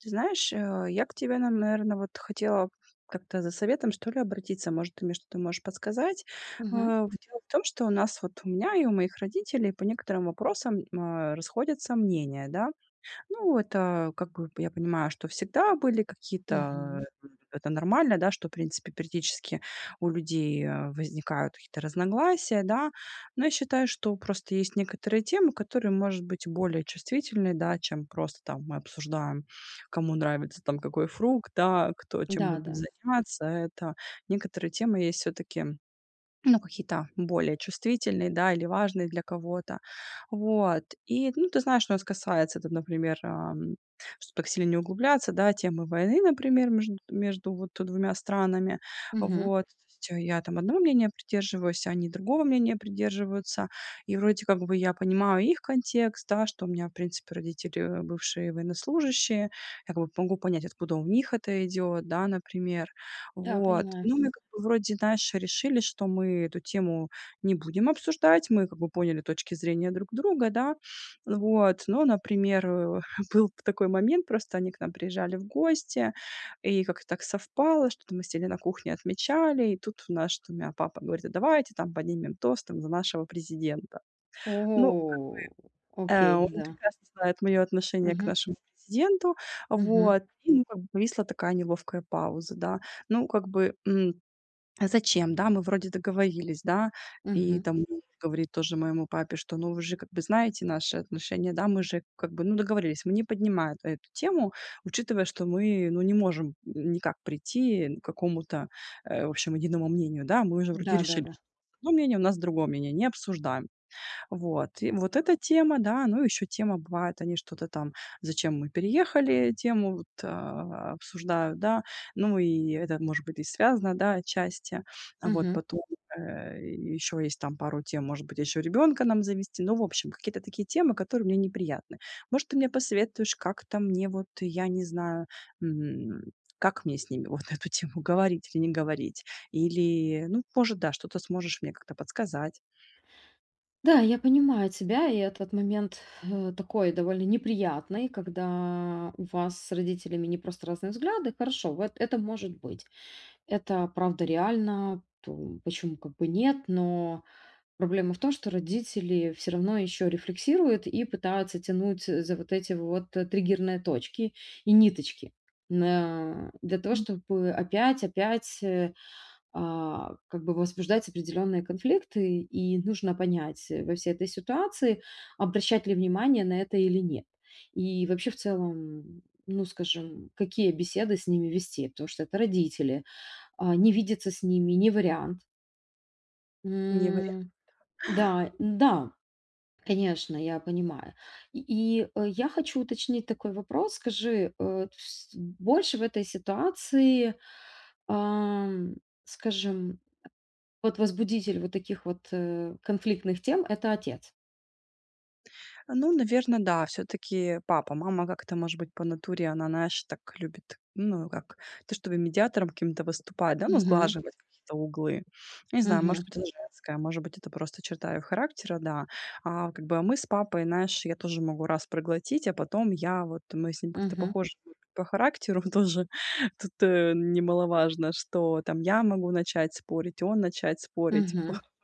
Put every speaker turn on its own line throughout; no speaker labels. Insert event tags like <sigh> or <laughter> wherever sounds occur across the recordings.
Ты знаешь, я к тебе, наверное, вот хотела как-то за советом, что ли, обратиться. Может, ты мне что-то можешь подсказать.
Мгм,
Вот дело в том, что у нас вот у меня и у моих родителей по некоторым вопросам расходятся мнения, да. Ну, это, как бы, я понимаю, что всегда были
мгм.
какие-то, это нормально, да, что, в принципе, периодически у людей возникают какие-то разногласия, да. Но я считаю, что просто есть некоторые темы, которые, может быть, более чувствительны, да, чем просто там мы обсуждаем, кому нравится там какой фрукт, да, кто чем
Да,
любит
да.
заняться. Это некоторые темы есть все-таки ну, какие-то более чувствительные, да, или важные для кого-то. Вот. И, ну, ты знаешь, что у нас касается, это, например, чтоб так сильно не углубляться, да, темы войны, например, между вот двумя странами.
Мгм.
Вот. То есть я там одного мнения придерживаюсь, они другого мнения придерживаются. И вроде как бы я понимаю их контекст, да, что у меня, в принципе, родители бывшие военнослужащие. Я как бы могу понять, откуда у них это идет, да, например.
Да,
Вот.
понимаю.
Ну, мы как бы вроде, знаешь, решили, что мы эту тему не будем обсуждать. Мы как бы поняли точки зрения друг друга, да. Вот. Но, например, <laughs> был такой момент, просто они к нам приезжали в гости, и как-то так совпало, что-то мы сели на кухне, отмечали, и тут у нас, что у меня папа говорит: а давайте там поднимем тост там за нашего президента. Ну,
О, окей,
он
да.
прекрасно знает мое отношение к
Мгм,
нашему президенту,
мгм,
вот. И, ну, как бы повисла такая неловкая пауза, да. Ну, как бы, а зачем, да, мы вроде договорились, да. И
мгм.
там муж говорит тоже моему папе, что, ну, вы же как бы знаете наши отношения, да, мы же как бы, ну, договорились. Мы не поднимаем эту тему, учитывая, что мы, ну, не можем никак прийти к какому-то, в общем, единому мнению, да. Мы уже вроде решили,
Да-да-да.
что одно мнение, у нас другое мнение, не обсуждаем. Вот. И вот эта тема, да. Ну, еще тема бывает, они что-то там, зачем мы переехали, тему вот, обсуждают, да. Ну, и это, может быть, и связано, да, отчасти. А вот
Мгм.
потом, еще есть там пару тем, может быть, еще ребенка нам завести. Ну, в общем, какие-то такие темы, которые мне неприятны. Может, ты мне посоветуешь, как-то мне вот, я не знаю, м, как мне с ними вот <laughs> эту тему говорить или не говорить? Или, ну, может, да, что-то сможешь мне как-то подсказать.
Да, я понимаю тебя, и этот момент, такой довольно неприятный, когда у вас с родителями не просто разные взгляды. Хорошо, вот это может быть. Это правда реально, то почему как бы нет, но проблема в том, что родители все равно еще рефлексируют и пытаются тянуть за вот эти вот, триггерные точки и ниточки. На Для того, чтобы опять как бы возбуждать определенные конфликты, и нужно понять, во всей этой ситуации, обращать ли внимание на это или нет. И вообще в целом, ну, скажем, какие беседы с ними вести, потому что это родители, не видеться с ними — не вариант.
Не вариа
М, да, да. Конечно, я понимаю. И, и я хочу уточнить такой вопрос. Скажи, больше в этой ситуации, ам, скажем, вот возбудитель вот таких вот конфликтных тем — это отец.
Ну, наверное, да, все таки папа. Мама как-то, может быть, по натуре, она, знаешь, так любит, ну, как то, чтобы медиатором каким-то выступать, да, ну,
Мгм.
сглаживать какие-то углы. Не знаю, может
Мгм.
быть, это женская, может быть, это просто черта её характера, да. А, как бы, а мы с папой, знаешь, я тоже могу раз проглотить, а потом я вот мы с ним как-то
Мгм.
похожи по характеру <laughs> тоже. Тут, немаловажно, что там я могу начать спорить, он начать спорить.
Мгм.
<laughs>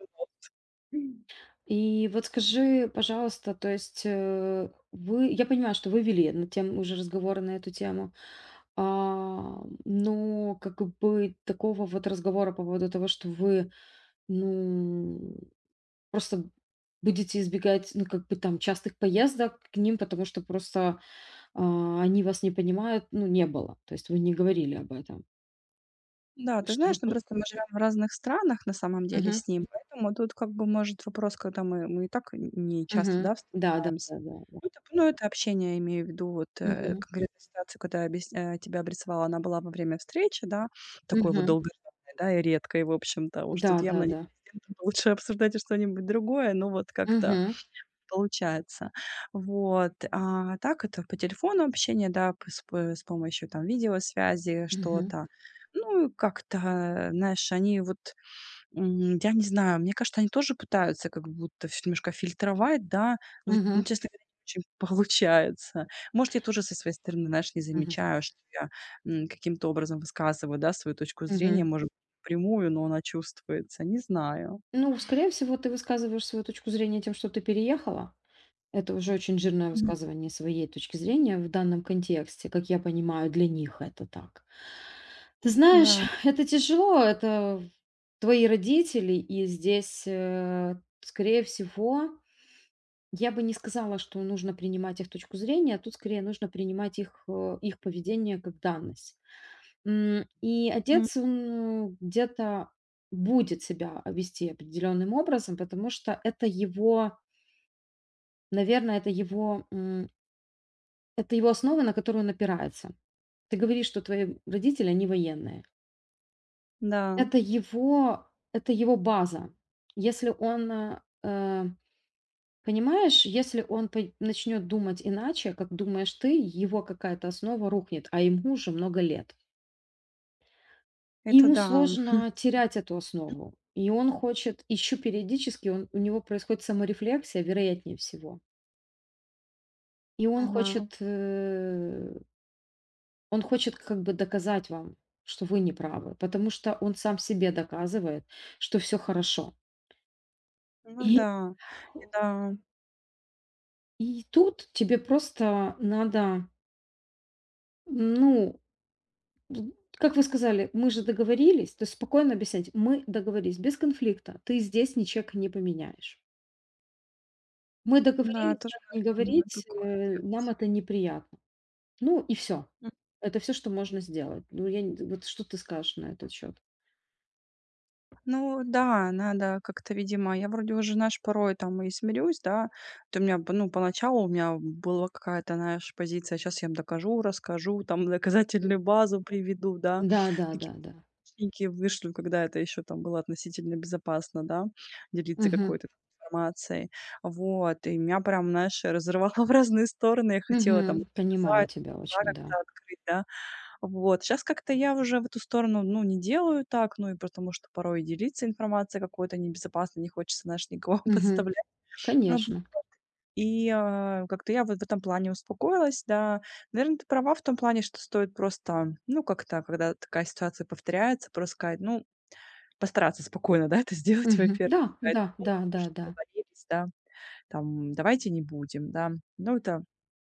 И вот скажи, пожалуйста, то есть вы, я понимаю, что вы вели на тем уже разговоры на эту тему, но как бы такого вот разговора по поводу того, что вы ну, просто будете избегать, ну, как бы там частых поездок к ним, потому что просто, они вас не понимают, ну, не было. То есть вы не говорили об этом.
Да, ты
Что вы
знаешь, ну,
про.
просто мы живем в разных странах на самом деле
Мгм,
с ним, поэтому тут как бы, может, вопрос, когда мы и так н не часто,
мгм.
да,
Да, да,
встречаемся.
да, да, да.
Ну, это общение, я имею в виду, вот,
Мгм,
конкретно ситуацию, когда я тебе обрисовала, она была во время встречи, да, такой вот
мгм.
долгожданной, да, и редкой, в общем-то. Уж
Да,
тут
да,
явно не
да.
с кем-то лучше обсуждать что-нибудь другое, но вот как-то
Мгм,
получается. Вот, а так это по телефону общение, да, п с помощью там видеосвязи,
мгм,
что-то. Ну, и как-то, знаешь, они вот, я не знаю, мне кажется, они тоже пытаются как будто всё немножко фильтровать, да, но вот,
мгм,
ну, честно говоря, не очень <laughs> получается. Может, я тоже со своей стороны, знаешь, не
мгм,
замечаю, что я, каким-то образом высказываю, да, свою точку зрения,
мгм.
может, прямую, но она чувствуется, не знаю.
Ну, скорее всего, ты высказываешь свою точку зрения тем, что ты переехала. Это уже очень жирное
Мгм.
высказывание своей точки зрения в данном контексте. Как я понимаю, для них это так. Ты знаешь,
Да,
это тяжело, это твои родители, и здесь, скорее всего, я бы не сказала, что нужно принимать их точку зрения, а тут скорее нужно принимать их поведение как данность. И отец, он где-то будет себя вести определенным образом, потому что это его, наверное, это его основа, на которую он опирается. Ты говоришь, что твои родители, они военные.
да,
Это его это его база. Если он, понимаешь, если он пой начнет думать иначе, как думаешь ты, его какая-то основа рухнет, а ему уже много лет. И
это
ему
да.
сложно терять эту основу. И он хочет еще периодически он у него происходит саморефлексия, вероятнее всего. И он
Ага.
хочет, э, он хочет как бы доказать вам, что вы не правы, потому что он сам себе доказывает, что все хорошо.
Ну
И
да, и да,
И тут тебе просто надо, ну, д как вы сказали, мы же договорились, то есть спокойно объяснять: "Мы договорились, без конфликта, ты здесь ничек не поменяешь. Мы
да,
договорились
тоже,
так не
наверно, думала
говорить,
такое
нам
делать.
это неприятно". Ну и все.
М.
Это все, что можно сделать. Ну, я не, вот что ты скажешь на этот счет?
Ну да, надо как-то, видимо, я вроде уже, знаешь, порой там и смирюсь, да. То у меня, б ну, поначалу у меня была какая-то, знаешь, позиция: "Сейчас я им докажу, расскажу, там доказательную базу приведу", да.
Да, да, да,
Какие-то
да.
техники вышлю, когда это еще там было относительно безопасно, да, делиться
Мгм.
какой-то там информацией. Вот, и меня прям, знаешь, разрывало <laughs> в разные стороны. Я хотела там
Мгм. Понимаю
доказать,
тебя
глаза
очень, да.
как-то открыть, да. Вот. Сейчас как-то я уже в эту сторону, ну, не делаю так, ну, и потому что порой делиться информацией какой-то небезопасной, не хочется, знаешь, никого <laughs>
Мгм.
подставлять. Ну
Конечно.
как-то я вот в этом плане успокоилась, да. Наверное, ты права в том плане, что стоит просто, ну, как-то, когда такая ситуация повторяется, просто сказать, ну, постараться спокойно, да, <laughs> это сделать,
Мгм.
во-первых.
Да,
Сказать:
да,
"Ну,
да,
мы
да,
же
да.
договорились, да, там, давайте не будем", да. Ну,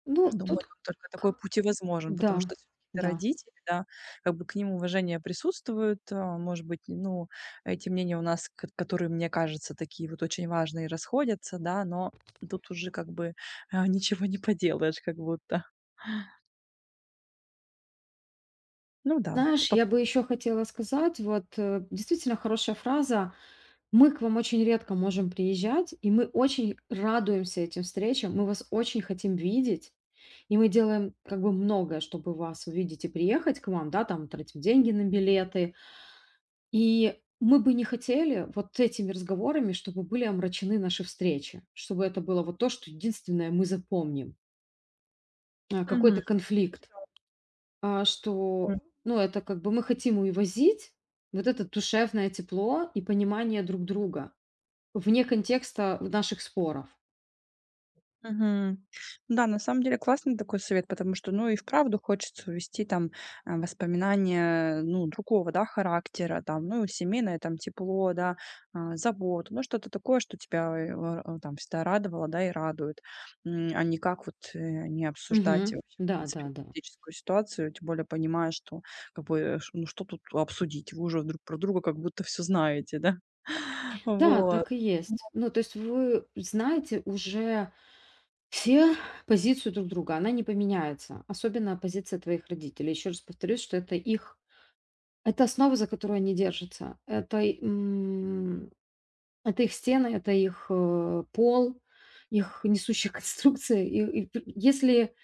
Ну,
думаю,
тут.
тут только такой путь и возможен,
Да,
потому что всё-таки это
да.
родители, да, как бы к ним уважение присутствует. А, может быть, ну, эти мнения у нас, к которые, мне кажется, такие вот очень важные, расходятся, да, но тут уже как бы, ничего не поделаешь как будто. Ну да, с
Знаешь, я бы еще хотела сказать, вот действительно хорошая фраза. Мы к вам очень редко можем приезжать, и мы очень радуемся этим встречам, мы вас очень хотим видеть, и мы делаем как бы многое, чтобы вас увидеть и приехать к вам, да, там тратим деньги на билеты. И мы бы не хотели вот этими разговорами, чтобы были омрачены наши встречи, чтобы это было вот то, что единственное мы запомним, какой-то конфликт. А, что, ну, это как бы мы хотим увозить вот это душевное тепло и понимание друг друга вне контекста наших споров.
мгм. Да, на самом деле классный такой совет, потому что, ну, и вправду хочется вести там воспоминания, ну, другого, да, характера, там, ну, семейное, там, тепло, да, заботу, ну, что-то такое, что тебя там всегда радовало, да, и радует, а не как вот не обсуждать
Мгм.
вообще, в
Да, да,
принципе,
да.
политическую ситуацию, тем более понимая, что, как бы, ну, что тут обсудить, вы уже друг про друга как будто все знаете, да, <laughs>
Да,
вот.
так и
Ну,
есть. Ну, то есть вы знаете уже все позицию друг друга, она не поменяется, особенно позиция твоих родителей. Еще раз повторюсь, что это их, это основа, за которую они держатся. Это их стены, это их пол, их несущая конструкция. <laughs> И п если,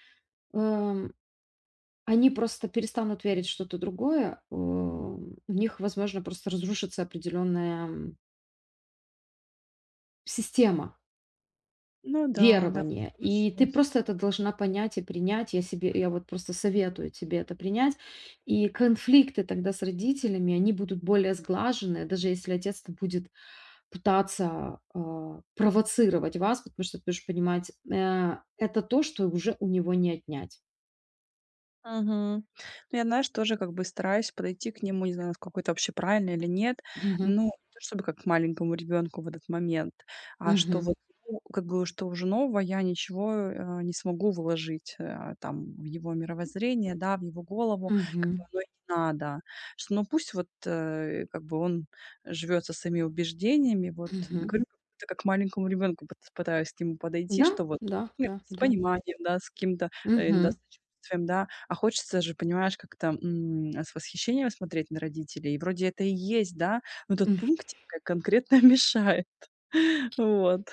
эм, они просто перестанут верить в что-то другое, у них, возможно, просто разрушится определенная, система
ну да, да,
верования. И ты
хорошо.
просто это должна понять и принять. Я вот просто советую тебе это принять. И конфликты тогда с родителями, они будут более сглаженные, даже если отец-то будет пытаться, провоцировать вас, потому что ты будешь понимать, это то, что уже у него не отнять.
Мгм. Ну, я, знаешь, тоже как бы стараюсь подойти к нему, не знаю, насколько это вообще правильно или нет.
Мгм.
Ну, не то чтобы как к маленькому ребенку в этот момент, а что
Мгм.
вот ну, как бы что уже нового я ничего не смогу вложить там в его мировоззрение, да, в его голову, как бы
Мгм.
оно и не надо. Что, ну пусть вот как бы он живет со своими убеждениями, вот
Мгм.
говорю, как будто как к маленькому ребенку пытаюсь к нему подойти,
Да,
что вот
да,
ну,
да,
с
да.
пониманием, да, с каким-то да,
Мгм.
сочувствием, да, а хочется же, понимаешь, как-то, с восхищением смотреть на родителей. И вроде это и есть, да, но тот
М.
пунктик как конкретно <laughs> мешает. <laughs> Вот.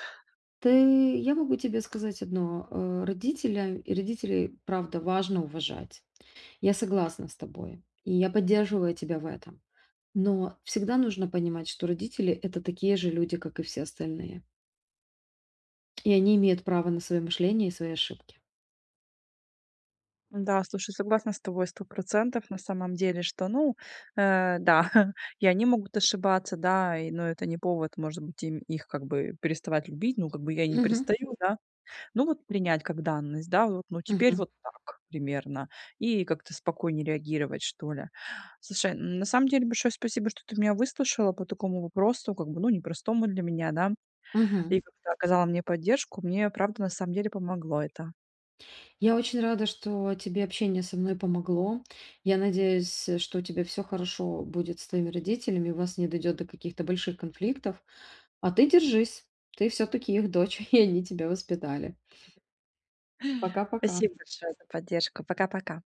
Ты я могу тебе сказать одно, родителя и родителей, правда, важно уважать. Я согласна с тобой, и я поддерживаю тебя в этом. Но всегда нужно понимать, что родители — это такие же люди, как и все остальные, и они имеют право на свое мышление и свои ошибки.
Да, слушай, согласна с тобой 100 на самом деле, что, ну, да, <laughs> и они могут ошибаться, да, и, но это не повод, может быть, им их как бы переставать любить. Ну, как бы я и не
Мгм.
перестаю, да. Ну, вот принять как данность, да, вот, ну, теперь
Мгм.
вот так примерно, и как-то спокойнее реагировать, что ли. Слушай, на самом деле большое спасибо, что ты меня выслушала по такому вопросу, как бы, ну, непростому для меня, да,
Мгм.
и как-то оказала мне поддержку. Мне, правда, на самом деле помогло это.
Я очень рада, что тебе общение со мной помогло. Я надеюсь, что у тебя все хорошо будет с твоими родителями, у вас не дойдет до каких-то больших конфликтов. А ты держись, ты все-таки их дочь, <laughs> и они тебя воспитали. Пока-пока.
Спасибо большое за поддержку. Пока-пока.